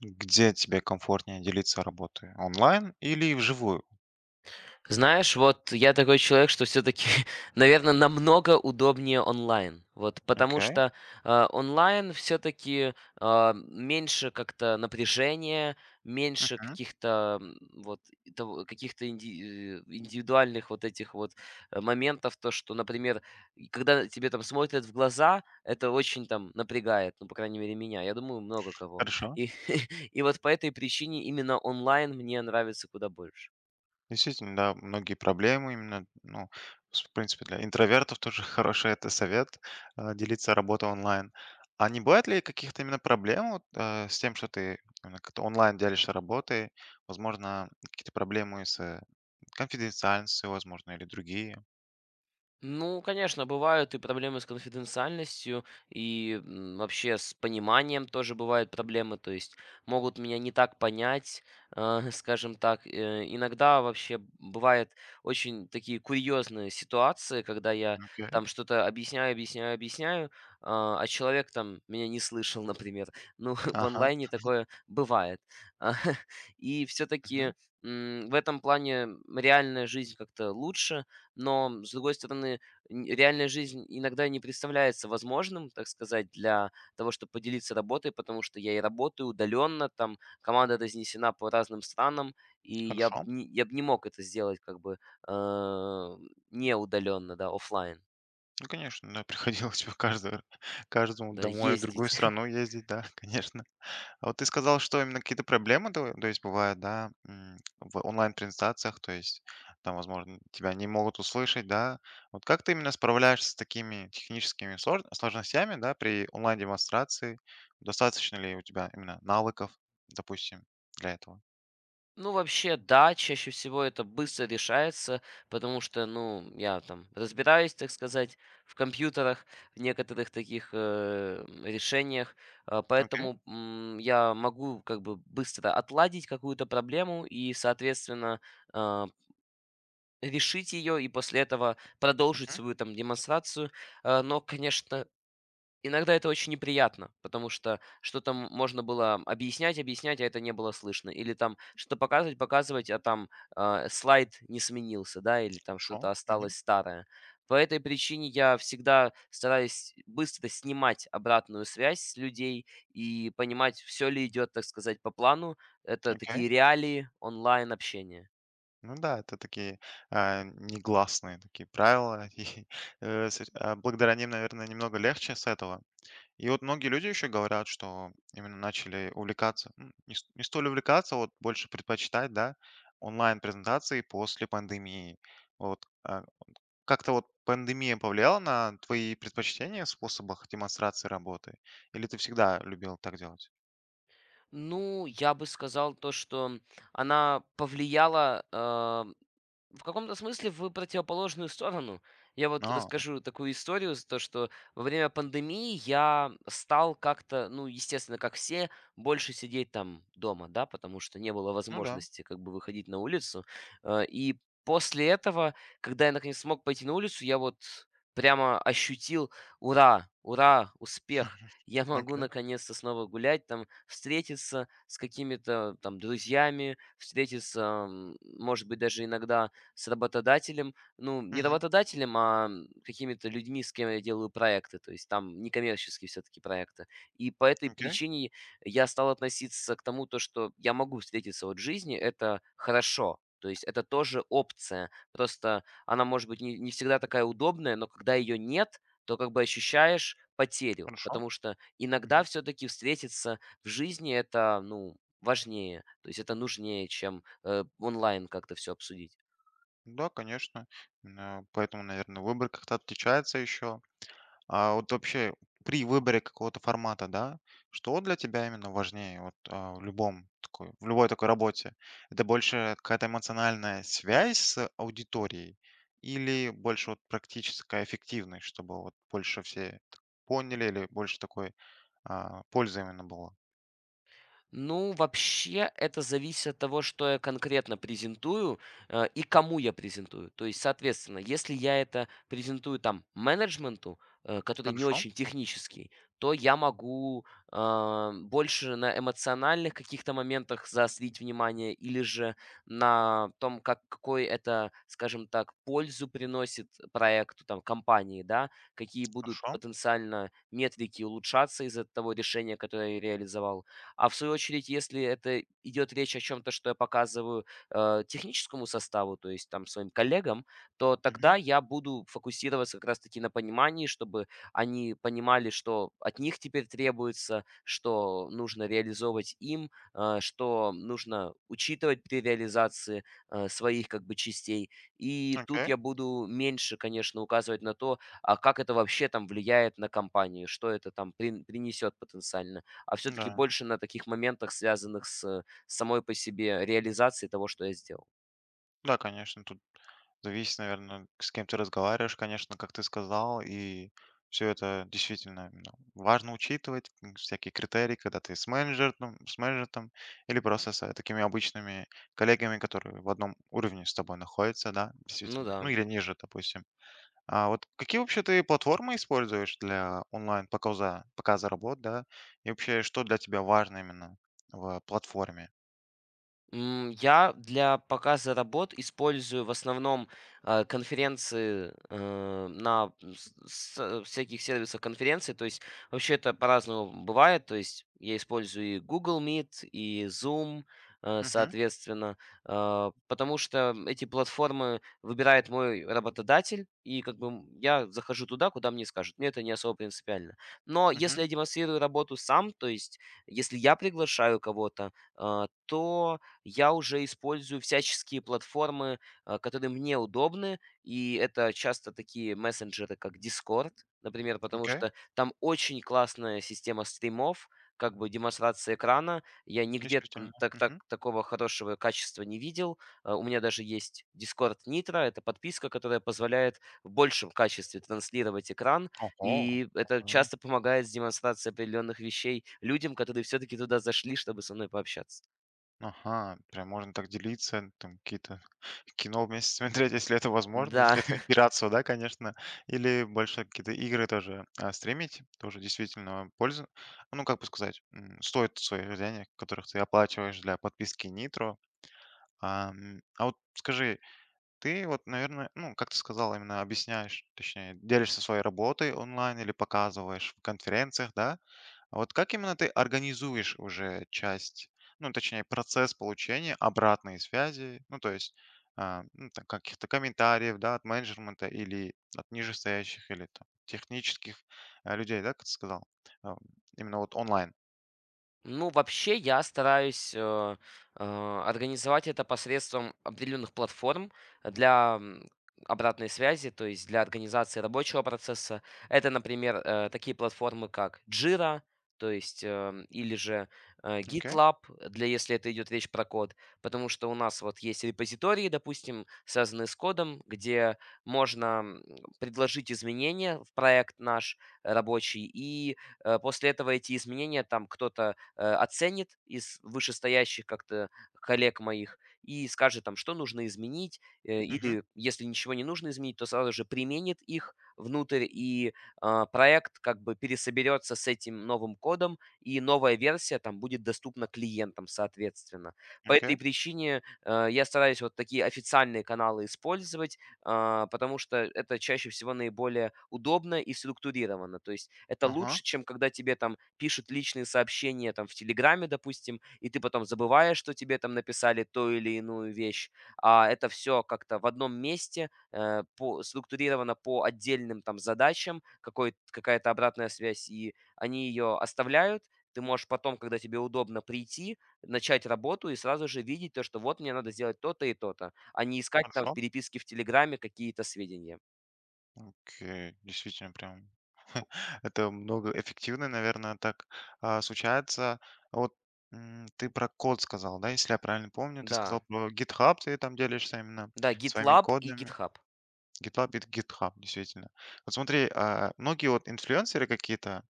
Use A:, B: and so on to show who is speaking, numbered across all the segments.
A: Где тебе комфортнее делиться работой? Онлайн или вживую?
B: Знаешь, вот я такой человек, что все-таки, наверное, намного удобнее онлайн. Вот, потому
A: Окей.
B: что онлайн все-таки меньше как-то напряжения, меньше
A: Мгм.
B: вот индивидуальных вот этих вот моментов, то что, например, и когда тебе там смотрят в глаза, это очень там напрягает, ну по крайней мере меня. Я думаю, много кого.
A: Хорошо.
B: И и вот по этой причине именно онлайн мне нравится куда больше.
A: Действительно, да, многие проблемы именно, в принципе, для интровертов тоже хороший это совет, делиться работой онлайн. А не бывает ли каких-то именно проблем вот, с тем, что ты именно как-то онлайн делишься работой? Возможно, какие-то проблемы с конфиденциальностью, возможно, или другие.
B: Ну, конечно, бывают и проблемы с конфиденциальностью, и вообще с пониманием тоже бывают проблемы, то есть могут меня не так понять, скажем так. Иногда вообще бывают очень такие курьезные ситуации, когда я
A: Окей.
B: там что-то объясняю, объясняю, а человек там меня не слышал, например. Ну, в
A: Ага.
B: онлайне такое бывает. И
A: Мгм.
B: все-таки в этом плане реальная жизнь как-то лучше, но, с другой стороны, н реальная жизнь иногда не представляется возможным, так сказать, для того, чтобы поделиться работой, потому что я и работаю удаленно, там команда разнесена по разным странам, и я б
A: Хорошо.
B: не я бы не мог это сделать как бы, э, не удаленно, да, офлайн,
A: Ну, конечно, да, приходилось бы каждый, каждому
B: да,
A: домой в другую
B: ездить.
A: страну ездить, да, конечно. А вот ты сказал, что именно какие-то проблемы, то есть бывают, да, м, в онлайн-презентациях, то есть там, возможно, тебя не могут услышать, да. Вот как ты именно справляешься с такими техническими сложностями, да, при онлайн-демонстрации? Достаточно ли у тебя именно навыков, допустим, для этого?
B: Ну, вообще, да, чаще всего это быстро решается, потому что, ну, я там разбираюсь, так сказать, в компьютерах, в некоторых таких решениях,
A: Окей,
B: я могу как бы быстро отладить какую-то проблему и, соответственно, а, решить ее и после этого продолжить
A: мгм,
B: свою там демонстрацию. Но, конечно, иногда это очень неприятно, потому что что-то можно было объяснять, объяснять, а это не было слышно. Или там что-то показывать, показывать, а там, слайд не сменился, да, или там
A: хорошо,
B: что-то
A: мгм,
B: осталось старое. По этой причине я всегда стараюсь быстро снимать обратную связь с людей и понимать, все ли идет, так сказать, по плану. Это
A: окей.
B: такие реалии онлайн-общения.
A: Ну да, это такие негласные такие правила. И, благодаря ним, наверное, немного легче с этого. И вот многие люди еще говорят, что именно начали увлекаться, ну, не, не столь увлекаться, вот больше предпочитать, да, онлайн-презентации после пандемии. Вот как-то вот пандемия повлияла на твои предпочтения в способах демонстрации работы? Или ты всегда любил так делать?
B: Ну, я бы сказал то, что она повлияла, в каком-то смысле в противоположную сторону. Я вот
A: А,
B: расскажу такую историю, то что во время пандемии я стал как-то, ну, естественно, как все, больше сидеть там дома, да, потому что не было
A: ну да,
B: возможности как бы выходить на улицу. И после этого, когда я наконец смог пойти на улицу, я вот прямо ощутил, ура, ура, успех. Я могу
A: окей,
B: наконец-то снова гулять, там, встретиться с какими-то там друзьями, встретиться, может быть, даже иногда с работодателем, ну, не
A: мгм,
B: работодателем, а какими-то людьми, с кем я делаю проекты, то есть там некоммерческие все-таки проекты. И по этой
A: окей,
B: причине я стал относиться к тому, то, что я могу встретиться вот в жизни, это хорошо. То есть это тоже опция. Просто она может быть не всегда такая удобная, но когда ее нет, то как бы ощущаешь потерю.
A: хорошо.
B: Потому что иногда все-таки встретиться в жизни это, ну, важнее. То есть это нужнее, чем онлайн как-то все обсудить.
A: Да, конечно. Поэтому, наверное, выбор как-то отличается еще. А вот вообще при выборе какого-то формата, да, что для тебя именно важнее вот в в любой такой работе? Это больше какая-то эмоциональная связь с аудиторией или больше вот практическая эффективность, чтобы вот больше все поняли или больше такой пользы именно было?
B: Ну, вообще, это зависит от того, что я конкретно презентую, и кому я презентую. То есть, соответственно, если я это презентую там менеджменту, который не
A: Хорошо,
B: очень технический, то я могу больше на эмоциональных каких-то моментах заострить внимание или же на том, как, какой это, скажем так, пользу приносит проекту, там, компании, да, какие будут
A: хорошо.
B: потенциально метрики улучшаться из-за того решения, которое я реализовал. А в свою очередь, если это идет речь о чем-то, что я показываю, техническому составу, то есть там своим коллегам, то
A: Мгм.
B: тогда я буду фокусироваться как раз-таки на понимании, чтобы они понимали, что от них теперь требуется, что нужно реализовывать им, что нужно учитывать при реализации своих как бы частей. И тут
A: Окей,
B: я буду меньше, конечно, указывать на то, а как это вообще там влияет на компанию, что это там принесет потенциально все-таки
A: да.
B: больше на таких моментах, связанных с самой по себе реализацией того, что я сделал.
A: Да, конечно, тут зависит, наверное, с кем ты разговариваешь, конечно, как ты сказал, и все это действительно, ну, важно учитывать, м, всякие критерии, когда ты с менеджером или просто с такими обычными коллегами, которые в одном уровне с тобой находятся, да,
B: Ну
A: действительно, ну
B: да.
A: или ниже, допустим. А вот какие вообще ты платформы используешь для онлайн-показа, показа работ, да, и вообще что для тебя важно именно в платформе?
B: Я для показа работ использую в основном э, конференции э, на с- всяких сервисах конференций. То есть вообще это по-разному бывает. То есть я использую и Google Meet, и Zoom,
A: Угу,
B: соответственно, потому что эти платформы выбирает мой работодатель, и как бы я захожу туда, куда мне скажут. Мне это не особо принципиально. Но
A: угу,
B: если я демонстрирую работу сам, то есть если я приглашаю кого-то, то я уже использую всяческие платформы, которые мне удобны, и это часто такие мессенджеры, как Discord, например, потому
A: окей,
B: что там очень классная система стримов, как бы демонстрация экрана. Я нигде
A: действительно. Угу.
B: такого хорошего качества не видел. У меня даже есть Discord Nitro, это подписка, которая позволяет в большем качестве транслировать экран,
A: Ого,
B: и это часто помогает с демонстрацией определенных вещей людям, которые все-таки туда зашли, чтобы со мной пообщаться.
A: ага, прям можно так делиться, там какие-то кино вместе смотреть, если это возможно,
B: Да,
A: если это не пиратство, да, конечно, или больше какие-то игры тоже стримить, тоже действительно пользу, ну, как бы сказать, м, стоит своих денег, которых ты оплачиваешь для подписки Nitro. А вот скажи, ты вот, наверное, ну, как ты сказал, именно объясняешь, точнее, делишься своей работой онлайн или показываешь в конференциях, да? А вот как именно ты организуешь уже часть, ну, точнее, процесс получения обратной связи, ну, то есть ну, там каких-то комментариев, да, от менеджмента или от нижестоящих, или там технических людей, да, как ты сказал, А, именно вот онлайн.
B: ну, вообще, я стараюсь, э, организовать это посредством определенных платформ для, обратной связи, то есть для организации рабочего процесса. Это, например, такие платформы, как Jira, то есть, или же
A: Окей,
B: GitLab, для если это идет речь про код. Потому что у нас вот есть репозитории, допустим, связанные с кодом, где можно, предложить изменения в проект наш рабочий, и, после этого эти изменения там кто-то оценит из вышестоящих как-то коллег моих и скажет там, что нужно изменить,
A: мгм,
B: или если ничего не нужно изменить, то сразу же применит их внутрь, и проект как бы пересоберется с этим новым кодом, и новая версия там будет доступна клиентам, соответственно. По этой
A: окей,
B: причине я стараюсь вот такие официальные каналы использовать, потому что это чаще всего наиболее удобно и структурировано. То есть это
A: ага,
B: лучше, чем когда тебе там пишут личные сообщения там в Телеграме, допустим, и ты потом забываешь, что тебе там написали ту или иную вещь. А это все как-то в одном месте, структурировано по отдельным там задачам, какая-то обратная связь, и они ее оставляют, ты можешь потом, когда тебе удобно, прийти, начать работу и сразу же видеть то, что вот мне надо сделать то-то и то-то, а не искать там в
A: хорошо,
B: переписке в "Телеграме" какие-то сведения.
A: окей, действительно прям это много эффективно, наверное, так, случается. А вот, м, ты про код сказал, да, если я правильно помню? Ты
B: Да,
A: сказал про GitHub, ты там делишься именно
B: да,
A: своими
B: GitLab и
A: кодами.
B: GitHub.
A: Это GitHub, действительно. Вот смотри, многие вот инфлюенсеры какие-то,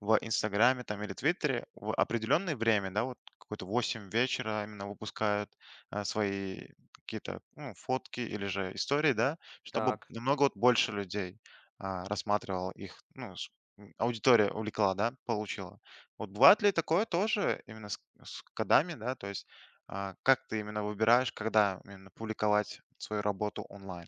A: в Инстаграме там или Твиттере в определенное время, да, вот какое-то 8 вечера именно выпускают свои какие-то, ну, фотки или же истории, да, чтобы
B: Так.
A: намного вот больше людей рассматривал их, м, аудитория увлекла, да, получила. Вот бывает ли такое тоже именно с кодами, да, то есть как ты именно выбираешь, когда именно публиковать свою работу онлайн?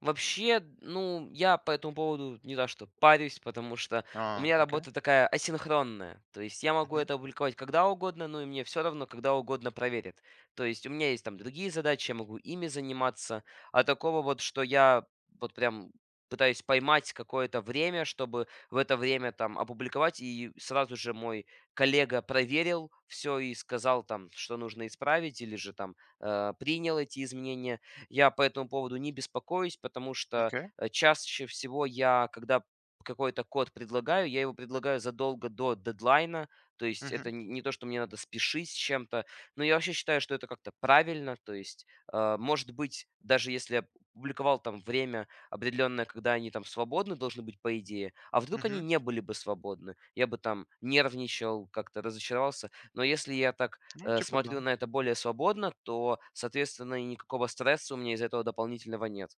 B: Вообще, ну, я по этому поводу не то что парюсь, потому что у
A: А,
B: меня работа такая асинхронная. То есть я могу
A: мгм,
B: это опубликовать когда угодно, ну и мне все равно, когда угодно проверят. То есть у меня есть там другие задачи, я могу ими заниматься. А такого вот, что я вот прям пытаюсь поймать какое-то время, чтобы в это время там опубликовать, и сразу же мой коллега проверил все и сказал там, что нужно исправить, или же там принял эти изменения, я по этому поводу не беспокоюсь, потому что
A: окей,
B: чаще всего я, когда какой-то код предлагаю, я его предлагаю задолго до дедлайна, то есть
A: мгм,
B: это не то, что мне надо спешить с чем-то, но я вообще считаю, что это как-то правильно, то есть, может быть, даже если я публиковал там время определенное, когда они там свободны должны быть, по идее, а вдруг они
A: мгм.
B: не были бы свободны, я бы там нервничал, как-то разочаровался, но если я так
A: Ну, типа да.
B: смотрю на это более свободно, то, соответственно, и никакого стресса у меня из-за этого дополнительного нет.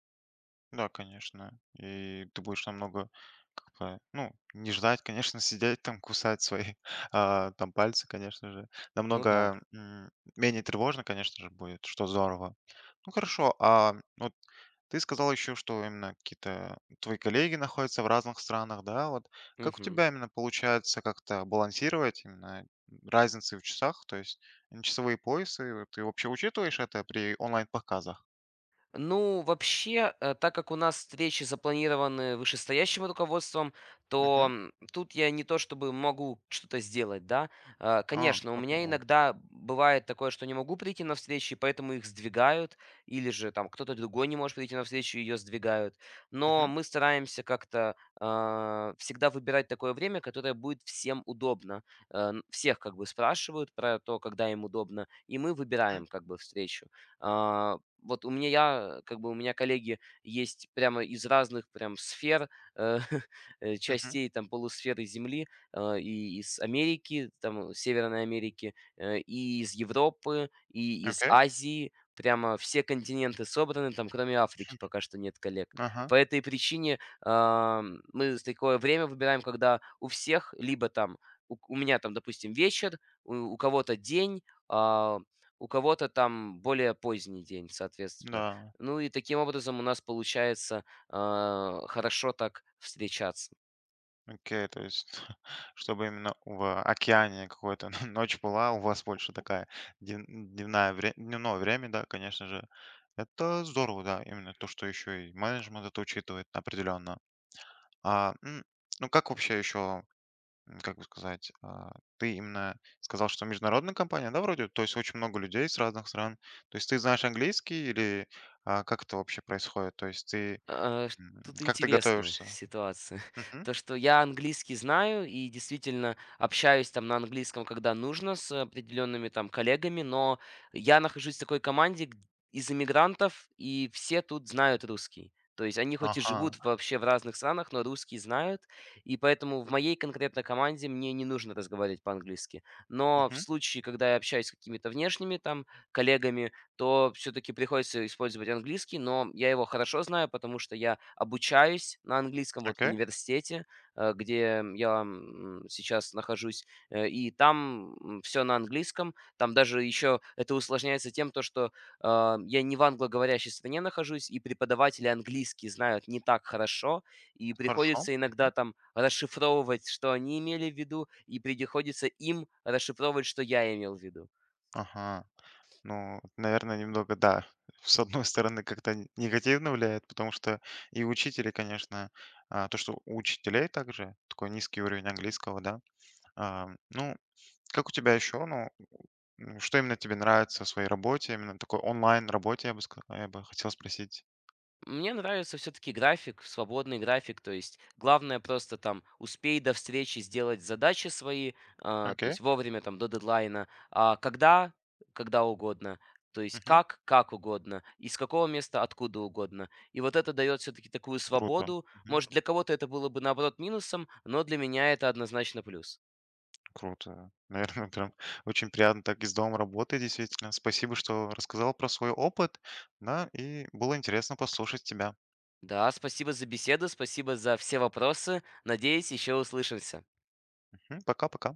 A: Да, конечно. И ты будешь намного, как бы, ну, не ждать, конечно, сидеть там, кусать свои там пальцы, конечно же.
B: Ну да.
A: Намного менее тревожно, конечно же, будет, что здорово. Ну хорошо, а вот ты сказал еще, что именно какие-то твои коллеги находятся в разных странах, да? Вот как у
B: Мгм.
A: тебя именно получается как-то балансировать именно разницы в часах, то есть м, часовые поясы, ты вообще учитываешь это при онлайн-показах?
B: Ну, вообще, так как у нас встречи запланированы вышестоящим руководством, то
A: Мгм.
B: тут я не то чтобы могу что-то сделать, да.
A: А,
B: Конечно, у
A: окей,
B: меня
A: ладно.
B: иногда бывает такое, что не могу прийти на встречи, поэтому их сдвигают, или же там кто-то другой не может прийти на встречу, ее сдвигают. Но
A: Мгм.
B: мы стараемся как-то всегда выбирать такое время, которое будет всем удобно. Всех как бы спрашивают про то, когда им удобно, и мы выбираем как бы встречу. А, вот у меня, я, как бы у меня коллеги есть прямо из разных прям сфер, э,
A: Мгм.
B: частей там полусферы Земли, и из Америки, там Северной Америки, и из Европы, и из
A: Окей.
B: Азии. Прямо все континенты собраны, там кроме Африки пока что нет коллег.
A: Ага.
B: По этой причине мы такое время выбираем, когда у всех либо там у меня там, допустим, вечер, у кого-то день, а, у кого-то там более поздний день, соответственно.
A: Да.
B: Ну и таким образом у нас получается хорошо так встречаться.
A: Окей. То есть, чтобы именно в океане какой-то ночь была, у вас больше такая дневная дневное время, да, конечно же. Это здорово, да, именно то, что еще и менеджмент это учитывает определенно. А, м, ну как вообще еще, как бы сказать, ты именно сказал, что международная компания, да, вроде, то есть очень много людей с разных стран. То есть ты знаешь английский или как это вообще происходит? То есть ты,
B: А, ш тут
A: как ты
B: интересная
A: готовишься?
B: ситуация. То, что я английский знаю и действительно общаюсь там на английском, когда нужно, с определенными там коллегами, но я нахожусь в такой команде г из иммигрантов, и все тут знают русский. То есть они хоть и
A: Ага.
B: живут вообще в разных странах, но русский знают, и поэтому в моей конкретной команде мне не нужно разговаривать по-английски. Но в
A: Мгм.
B: случае, когда я общаюсь с какими-то внешними там коллегами, то все-таки приходится использовать английский, но я его хорошо знаю, потому что я обучаюсь на английском вот в
A: Окей.
B: университете, где я сейчас нахожусь, и там все на английском. Там даже еще это усложняется тем, то, что я не в англоговорящей стране нахожусь, и преподаватели английский знают не так хорошо, и
A: Хорошо.
B: приходится
A: Мгм.
B: иногда там расшифровывать, что они имели в виду, и приходится им расшифровывать, что я имел в виду.
A: Ага. Ну, наверное, немного, да, с одной стороны, как-то негативно влияет, потому что и учители, конечно, то, что у учителей также такой низкий уровень английского, да. А, ну, как у тебя еще, ну, что именно тебе нравится в своей работе, именно такой онлайн работе, я бы сказал, я бы хотел спросить.
B: Мне нравится все-таки график, свободный график, то есть главное просто там успей до встречи сделать задачи свои, то
A: Окей.
B: есть вовремя там до дедлайна, а когда, когда угодно, то есть
A: Мгм.
B: как угодно, из какого места, откуда угодно. И вот это дает все-таки такую
A: Круто.
B: свободу. Может, для кого-то это было бы наоборот минусом, но для меня это однозначно плюс.
A: Круто. Наверное, прям очень приятно так из дома работать, действительно. Спасибо, что рассказал про свой опыт. Да, и было интересно послушать тебя.
B: Да, спасибо за беседу, спасибо за все вопросы. Надеюсь, еще услышимся.
A: Мгм. Пока-пока.